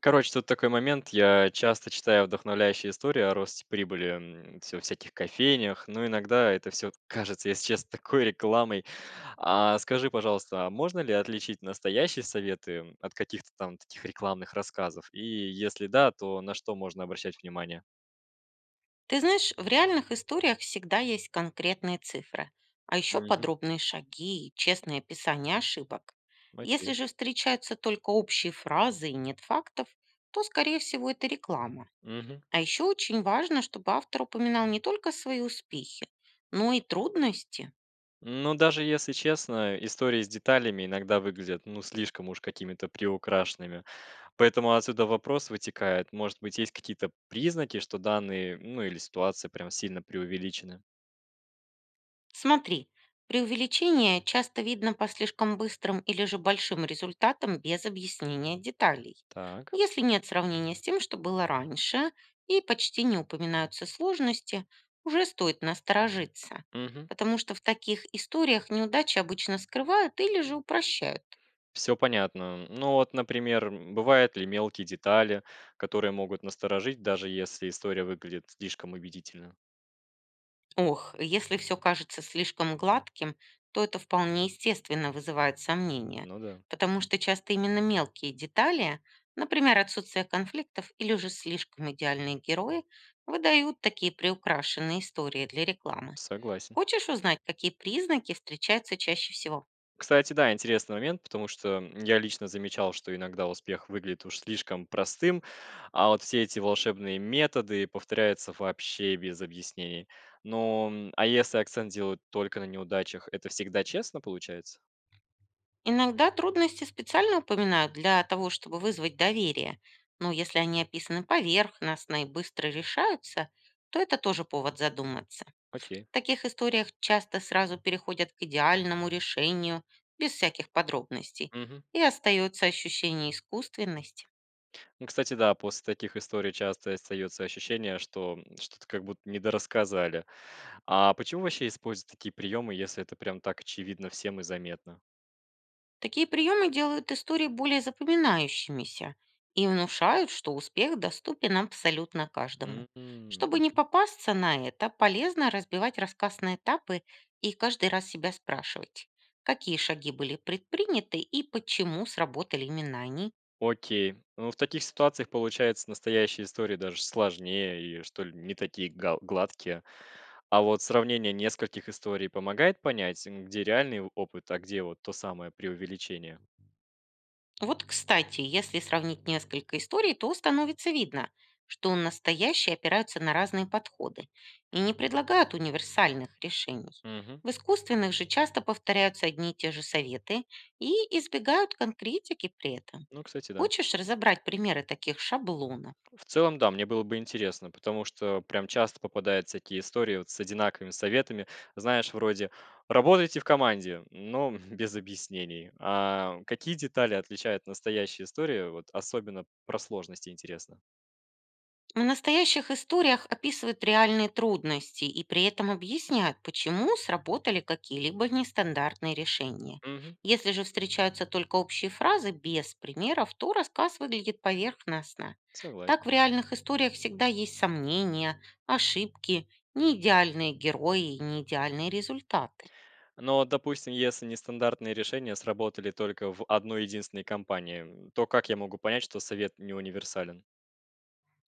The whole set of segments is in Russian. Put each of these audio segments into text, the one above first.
Короче, тут такой момент. Я часто читаю вдохновляющие истории о росте прибыли всё в всяких кофейнях, но иногда это все кажется, если честно, такой рекламой. А скажи, пожалуйста, а можно ли отличить настоящие советы от каких-то там таких рекламных рассказов? И если да, то на что можно обращать внимание? Ты знаешь, в реальных историях всегда есть конкретные цифры, а еще Мгм. подробные шаги и честное описание ошибок. Если Окей. же встречаются только общие фразы и нет фактов, то, скорее всего, это реклама. Мгм. А еще очень важно, чтобы автор упоминал не только свои успехи, но и трудности. Ну, даже если честно, истории с деталями иногда выглядят, ну, слишком уж какими-то приукрашенными. Поэтому отсюда вопрос вытекает. Может быть, есть какие-то признаки, что данные, ну или ситуация прям сильно преувеличены? Смотри, преувеличение часто видно по слишком быстрым или же большим результатам без объяснения деталей. Так. Если нет сравнения с тем, что было раньше, и почти не упоминаются сложности, уже стоит насторожиться, Угу. потому что в таких историях неудачи обычно скрывают или же упрощают. Все понятно. Ну вот, например, бывают ли мелкие детали, которые могут насторожить, даже если история выглядит слишком убедительно? Ох, если все кажется слишком гладким, то это вполне естественно вызывает сомнения, Ну да, потому что часто именно мелкие детали, например, отсутствие конфликтов или уже слишком идеальные герои, выдают такие приукрашенные истории для рекламы. согласен. Хочешь узнать, какие признаки встречаются чаще всего? Кстати, да, интересный момент, потому что я лично замечал, что иногда успех выглядит уж слишком простым, а вот все эти волшебные методы повторяются вообще без объяснений. Ну, а если акцент делают только на неудачах, это всегда честно получается? Иногда трудности специально упоминают для того, чтобы вызвать доверие, но если они описаны поверхностно и быстро решаются, то это тоже повод задуматься. Окей. В таких историях часто сразу переходят к идеальному решению, без всяких подробностей, Мгм. и остается ощущение искусственности. Ну, кстати, да, после таких историй часто остается ощущение, что что-то как будто недорассказали. А почему вообще используют такие приемы, если это прям так очевидно всем и заметно? Такие приемы делают истории более запоминающимися и внушают, что успех доступен абсолютно каждому. М, Чтобы не попасться на это, полезно разбивать рассказ на этапы и каждый раз себя спрашивать, какие шаги были предприняты и почему сработали именно они. Окей. Ну, в таких ситуациях, получается, настоящие истории даже сложнее и, что ли, не такие гладкие. А вот сравнение нескольких историй помогает понять, где реальный опыт, а где вот то самое преувеличение. Вот, кстати, если сравнить несколько историй, то становится видно, что настоящие опираются на разные подходы и не предлагают универсальных решений. Мгм. В искусственных же часто повторяются одни и те же советы и избегают конкретики при этом. Ну, кстати, да. Хочешь разобрать примеры таких шаблонов? В целом, да, мне было бы интересно, потому что прям часто попадаются такие истории вот с одинаковыми советами. Знаешь, вроде «работайте в команде», но без объяснений. А какие детали отличают настоящие истории, вот особенно про сложности интересно? В настоящих историях описывают реальные трудности и при этом объясняют, почему сработали какие-либо нестандартные решения. Мгм. Если же встречаются только общие фразы без примеров, то рассказ выглядит поверхностно. Так в Согласен. реальных историях всегда есть сомнения, ошибки, неидеальные герои и неидеальные результаты. Но, допустим, если нестандартные решения сработали только в одной единственной компании, то как я могу понять, что совет не универсален?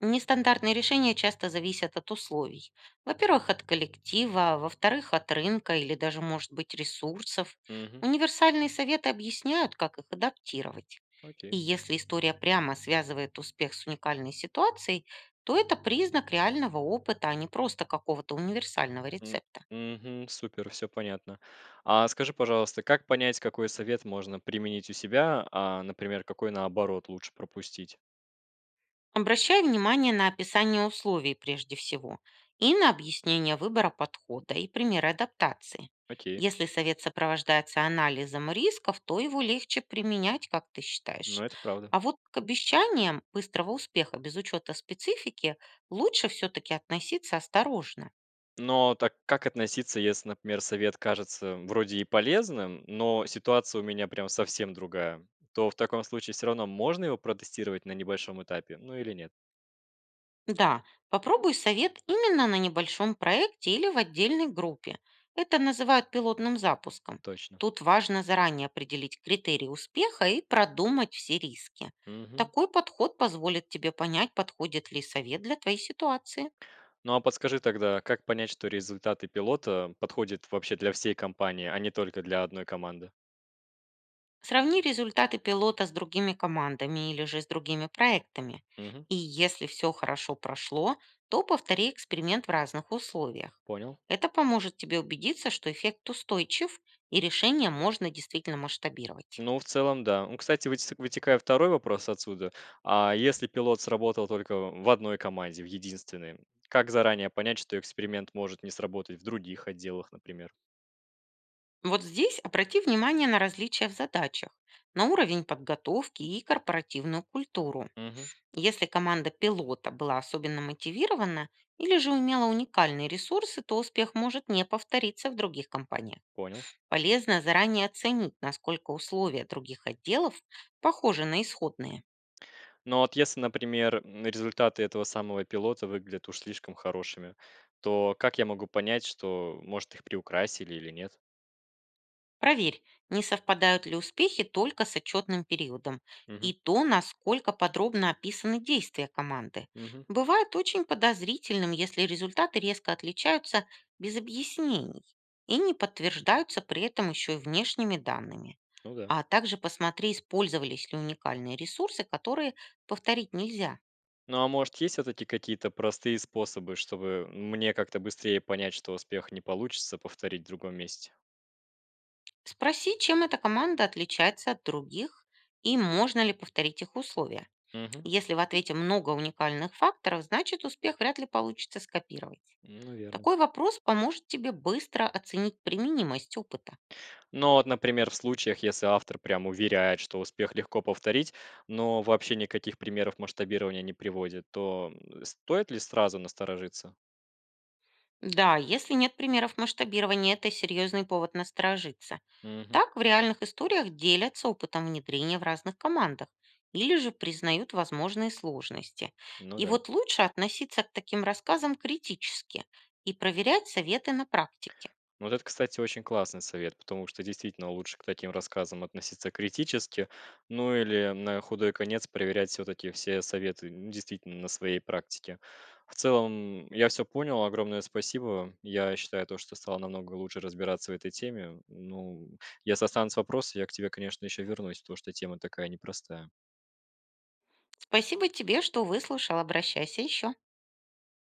Нестандартные решения часто зависят от условий. Во-первых, от коллектива, во-вторых, от рынка или даже, может быть, ресурсов. Мгм. Универсальные советы объясняют, как их адаптировать. И Окей. если история прямо связывает успех с уникальной ситуацией, то это признак реального опыта, а не просто какого-то универсального М, рецепта. мгм, супер, все понятно. А скажи, пожалуйста, как понять, какой совет можно применить у себя, а, например, какой наоборот лучше пропустить? Обращай внимание на описание условий прежде всего и на объяснение выбора подхода и примеры адаптации. Окей. Если совет сопровождается анализом рисков, то его легче применять, как ты Ну, считаешь. это правда. А вот к обещаниям быстрого успеха без учета специфики лучше все-таки относиться осторожно. Но так как относиться, если, например, совет кажется вроде и полезным, но ситуация у меня прям совсем другая? То в таком случае все равно можно его протестировать на небольшом этапе, ну или нет? Да, попробуй совет именно на небольшом проекте или в отдельной группе. Это называют пилотным запуском. Точно. Тут важно заранее определить критерии успеха и продумать все риски. Мгм. Такой подход позволит тебе понять, подходит ли совет для твоей ситуации. Ну а подскажи тогда, как понять, что результаты пилота подходят вообще для всей компании, а не только для одной команды? Сравни результаты пилота с другими командами или же с другими проектами. Мгм. И если все хорошо прошло, то повтори эксперимент в разных условиях. Понял. Это поможет тебе убедиться, что эффект устойчив и решение можно действительно масштабировать. Ну, в целом, да. Ну, кстати, вытекая второй вопрос отсюда. А если пилот сработал только в одной команде, в единственной, как заранее понять, что эксперимент может не сработать в других отделах, например? Вот здесь обрати внимание на различия в задачах, на уровень подготовки и корпоративную культуру. Мгм. Если команда пилота была особенно мотивирована или же имела уникальные ресурсы, то успех может не повториться в других компаниях. Понял. Полезно заранее оценить, насколько условия других отделов похожи на исходные. Но вот если, например, результаты этого самого пилота выглядят уж слишком хорошими, то как я могу понять, что, может, их приукрасили или нет? Проверь, не совпадают ли успехи только с отчетным периодом Мгм. и то, насколько подробно описаны действия команды. Мгм. Бывает очень подозрительным, если результаты резко отличаются без объяснений и не подтверждаются при этом еще и внешними данными. Ну да. А также посмотри, использовались ли уникальные ресурсы, которые повторить нельзя. Ну а может, есть все-таки какие-то простые способы, чтобы мне как-то быстрее понять, что успех не получится повторить в другом месте? Спроси, чем эта команда отличается от других и можно ли повторить их условия. Мгм. Если в ответе много уникальных факторов, значит успех вряд ли получится скопировать. Ну, верно. Такой вопрос поможет тебе быстро оценить применимость опыта. Но вот, например, в случаях, если автор прям уверяет, что успех легко повторить, но вообще никаких примеров масштабирования не приводит, то стоит ли сразу насторожиться? Да, если нет примеров масштабирования, это серьезный повод насторожиться. Мгм. Так в реальных историях делятся опытом внедрения в разных командах или же признают возможные сложности. Ну И да. вот лучше относиться к таким рассказам критически и проверять советы на практике. Ну, вот это, кстати, очень классный совет, потому что действительно лучше к таким рассказам относиться критически, ну или на худой конец проверять все-таки все советы действительно на своей практике. В целом, я все понял, огромное спасибо. Я считаю то, что стало намного лучше разбираться в этой теме. Ну, если останутся вопросы, я к тебе, конечно, еще вернусь, потому что тема такая непростая. Спасибо тебе, что выслушал. Обращайся еще.